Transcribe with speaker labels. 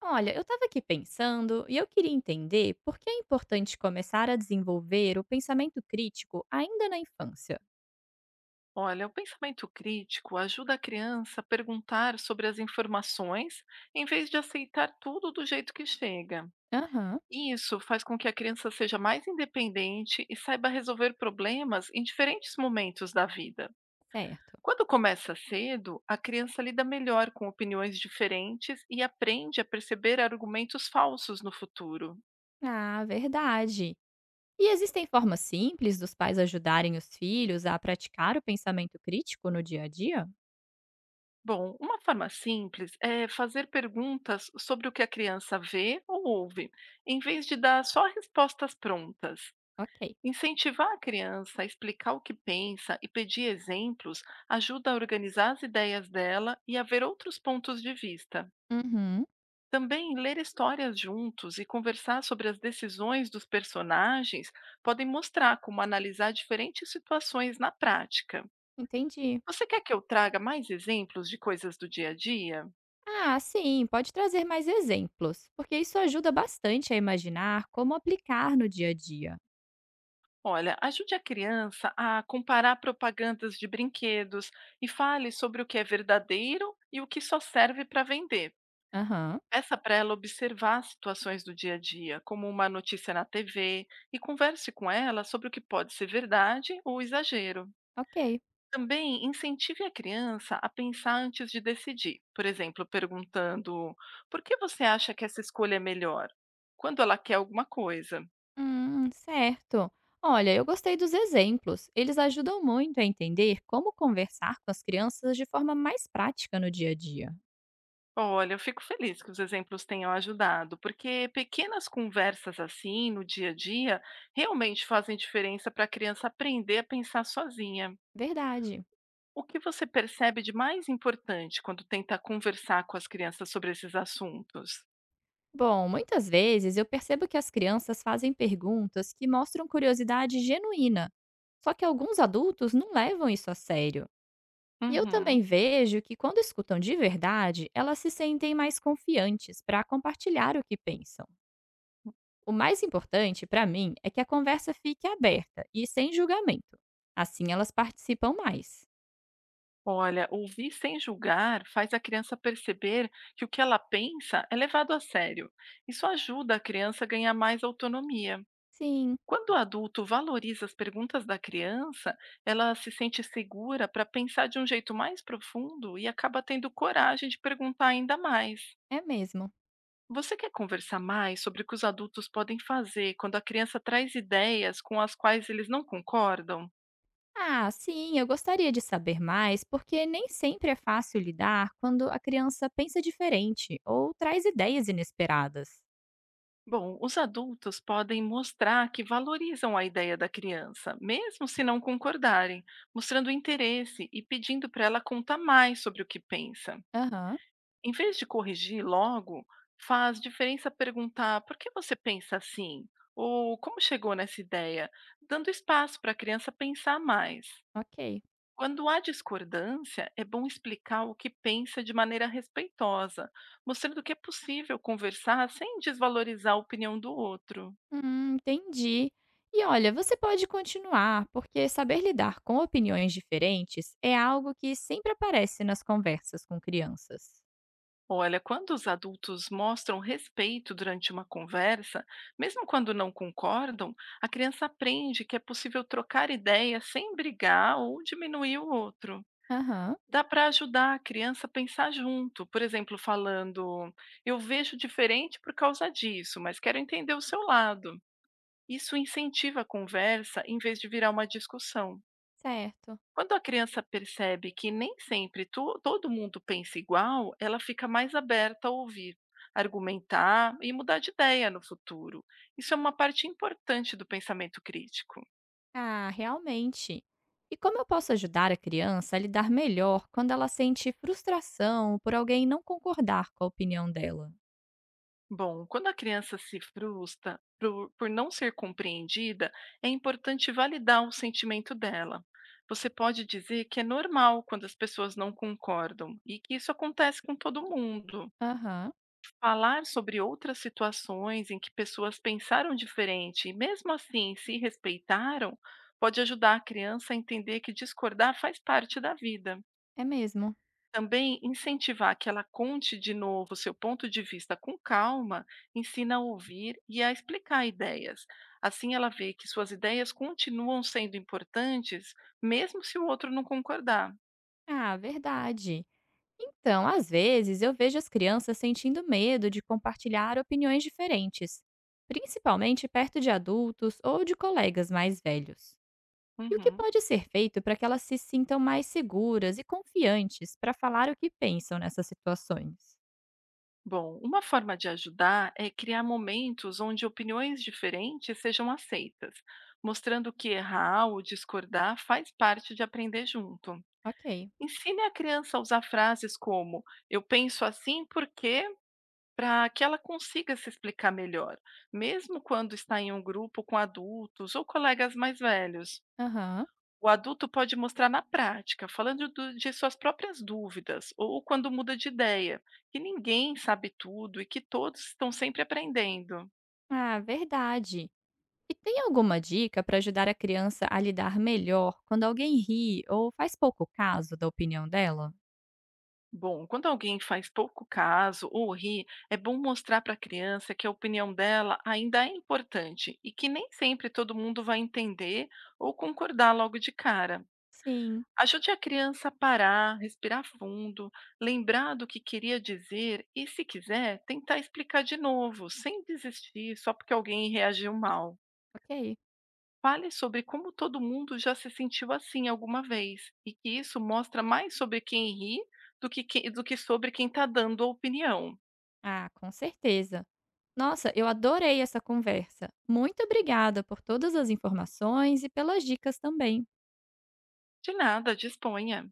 Speaker 1: Olha, eu estava aqui pensando e eu queria entender por que é importante começar a desenvolver o pensamento crítico ainda na infância.
Speaker 2: Olha, o pensamento crítico ajuda a criança a perguntar sobre as informações em vez de aceitar tudo do jeito que chega.
Speaker 1: Aham,
Speaker 2: E isso faz com que a criança seja mais independente e saiba resolver problemas em diferentes momentos da vida.
Speaker 1: certo.
Speaker 2: Quando começa cedo, a criança lida melhor com opiniões diferentes e aprende a perceber argumentos falsos no futuro.
Speaker 1: Ah, verdade. E existem formas simples dos pais ajudarem os filhos a praticar o pensamento crítico no dia a dia?
Speaker 2: Bom, uma forma simples é fazer perguntas sobre o que a criança vê ou ouve, em vez de dar só respostas prontas.
Speaker 1: Ok.
Speaker 2: Incentivar a criança a explicar o que pensa e pedir exemplos ajuda a organizar as ideias dela e a ver outros pontos de vista.
Speaker 1: Uhum,
Speaker 2: Também ler histórias juntos e conversar sobre as decisões dos personagens podem mostrar como analisar diferentes situações na prática.
Speaker 1: entendi.
Speaker 2: Você quer que eu traga mais exemplos de coisas do dia a dia?
Speaker 1: Ah, sim, pode trazer mais exemplos, porque isso ajuda bastante a imaginar como aplicar no dia a dia.
Speaker 2: Olha, ajude a criança a comparar propagandas de brinquedos e fale sobre o que é verdadeiro e o que só serve para vender.
Speaker 1: Aham,
Speaker 2: Peça para ela observar situações do dia a dia, como uma notícia na TV, e converse com ela sobre o que pode ser verdade ou exagero.
Speaker 1: ok.
Speaker 2: Também incentive a criança a pensar antes de decidir, por exemplo, perguntando: por que você acha que essa escolha é melhor? Quando ela quer alguma coisa.
Speaker 1: Certo. Olha, eu gostei dos exemplos. Eles ajudam muito a entender como conversar com as crianças de forma mais prática no dia a dia.
Speaker 2: Olha, eu fico feliz que os exemplos tenham ajudado, porque pequenas conversas assim, no dia a dia, realmente fazem diferença para a criança aprender a pensar sozinha.
Speaker 1: Verdade.
Speaker 2: O que você percebe de mais importante quando tenta conversar com as crianças sobre esses assuntos?
Speaker 1: Bom, muitas vezes eu percebo que as crianças fazem perguntas que mostram curiosidade genuína. Só que alguns adultos não levam isso a sério. E eu
Speaker 2: Uhum.
Speaker 1: também vejo que quando escutam de verdade, elas se sentem mais confiantes para compartilhar o que pensam. O mais importante, para mim, é que a conversa fique aberta e sem julgamento. Assim elas participam mais.
Speaker 2: Olha, ouvir sem julgar faz a criança perceber que o que ela pensa é levado a sério. Isso ajuda a criança a ganhar mais autonomia.
Speaker 1: Sim,
Speaker 2: Quando o adulto valoriza as perguntas da criança, ela se sente segura para pensar de um jeito mais profundo e acaba tendo coragem de perguntar ainda mais.
Speaker 1: é mesmo.
Speaker 2: Você quer conversar mais sobre o que os adultos podem fazer quando a criança traz ideias com as quais eles não concordam?
Speaker 1: Ah, sim, eu gostaria de saber mais, porque nem sempre é fácil lidar quando a criança pensa diferente ou traz ideias inesperadas.
Speaker 2: Bom, os adultos podem mostrar que valorizam a ideia da criança, mesmo se não concordarem, mostrando interesse e pedindo para ela contar mais sobre o que pensa.
Speaker 1: Aham,
Speaker 2: Em vez de corrigir logo, faz diferença perguntar: "Por que você pensa assim?" ou "Como chegou nessa ideia?", dando espaço para a criança pensar mais.
Speaker 1: ok.
Speaker 2: Quando há discordância, é bom explicar o que pensa de maneira respeitosa, mostrando que é possível conversar sem desvalorizar a opinião do outro.
Speaker 1: Entendi. E olha, você pode continuar, porque saber lidar com opiniões diferentes é algo que sempre aparece nas conversas com crianças.
Speaker 2: Olha, quando os adultos mostram respeito durante uma conversa, mesmo quando não concordam, a criança aprende que é possível trocar ideias sem brigar ou diminuir o outro.
Speaker 1: Aham,
Speaker 2: Dá para ajudar a criança a pensar junto, por exemplo, falando: Eu vejo diferente por causa disso, mas quero entender o seu lado. Isso incentiva a conversa em vez de virar uma discussão.
Speaker 1: certo.
Speaker 2: Quando a criança percebe que nem sempre todo mundo pensa igual, ela fica mais aberta a ouvir, argumentar e mudar de ideia no futuro. Isso é uma parte importante do pensamento crítico.
Speaker 1: Ah, realmente. E como eu posso ajudar a criança a lidar melhor quando ela sente frustração por alguém não concordar com a opinião dela?
Speaker 2: Bom, quando a criança se frustra por não ser compreendida, é importante validar o sentimento dela. Você pode dizer que é normal quando as pessoas não concordam e que isso acontece com todo mundo.
Speaker 1: Aham,
Speaker 2: Falar sobre outras situações em que pessoas pensaram diferente e, mesmo assim, se respeitaram, pode ajudar a criança a entender que discordar faz parte da vida.
Speaker 1: é mesmo.
Speaker 2: Também incentivar que ela conte de novo seu ponto de vista com calma, ensina a ouvir e a explicar ideias. Assim, ela vê que suas ideias continuam sendo importantes, mesmo se o outro não concordar.
Speaker 1: Ah, verdade. Então, às vezes eu vejo as crianças sentindo medo de compartilhar opiniões diferentes, principalmente perto de adultos ou de colegas mais velhos. E o que
Speaker 2: Uhum.
Speaker 1: pode ser feito para que elas se sintam mais seguras e confiantes para falar o que pensam nessas situações?
Speaker 2: Bom, uma forma de ajudar é criar momentos onde opiniões diferentes sejam aceitas, mostrando que errar ou discordar faz parte de aprender junto.
Speaker 1: Ok.
Speaker 2: Ensine a criança a usar frases como eu penso assim porque, para que ela consiga se explicar melhor, mesmo quando está em um grupo com adultos ou colegas mais velhos.
Speaker 1: Aham.
Speaker 2: O adulto pode mostrar na prática, falando de suas próprias dúvidas ou quando muda de ideia, que ninguém sabe tudo e que todos estão sempre aprendendo.
Speaker 1: Ah, verdade. E tem alguma dica para ajudar a criança a lidar melhor quando alguém ri ou faz pouco caso da opinião dela?
Speaker 2: Bom, quando alguém faz pouco caso ou ri, é bom mostrar para a criança que a opinião dela ainda é importante e que nem sempre todo mundo vai entender ou concordar logo de cara.
Speaker 1: Sim,
Speaker 2: Ajude a criança a parar, respirar fundo, lembrar do que queria dizer e, se quiser, tentar explicar de novo, sem desistir só porque alguém reagiu mal.
Speaker 1: ok.
Speaker 2: Fale sobre como todo mundo já se sentiu assim alguma vez e que isso mostra mais sobre quem ri do que, do que sobre quem está dando a opinião.
Speaker 1: Ah, com certeza. Nossa, eu adorei essa conversa. Muito obrigada por todas as informações e pelas dicas também.
Speaker 2: De nada, disponha.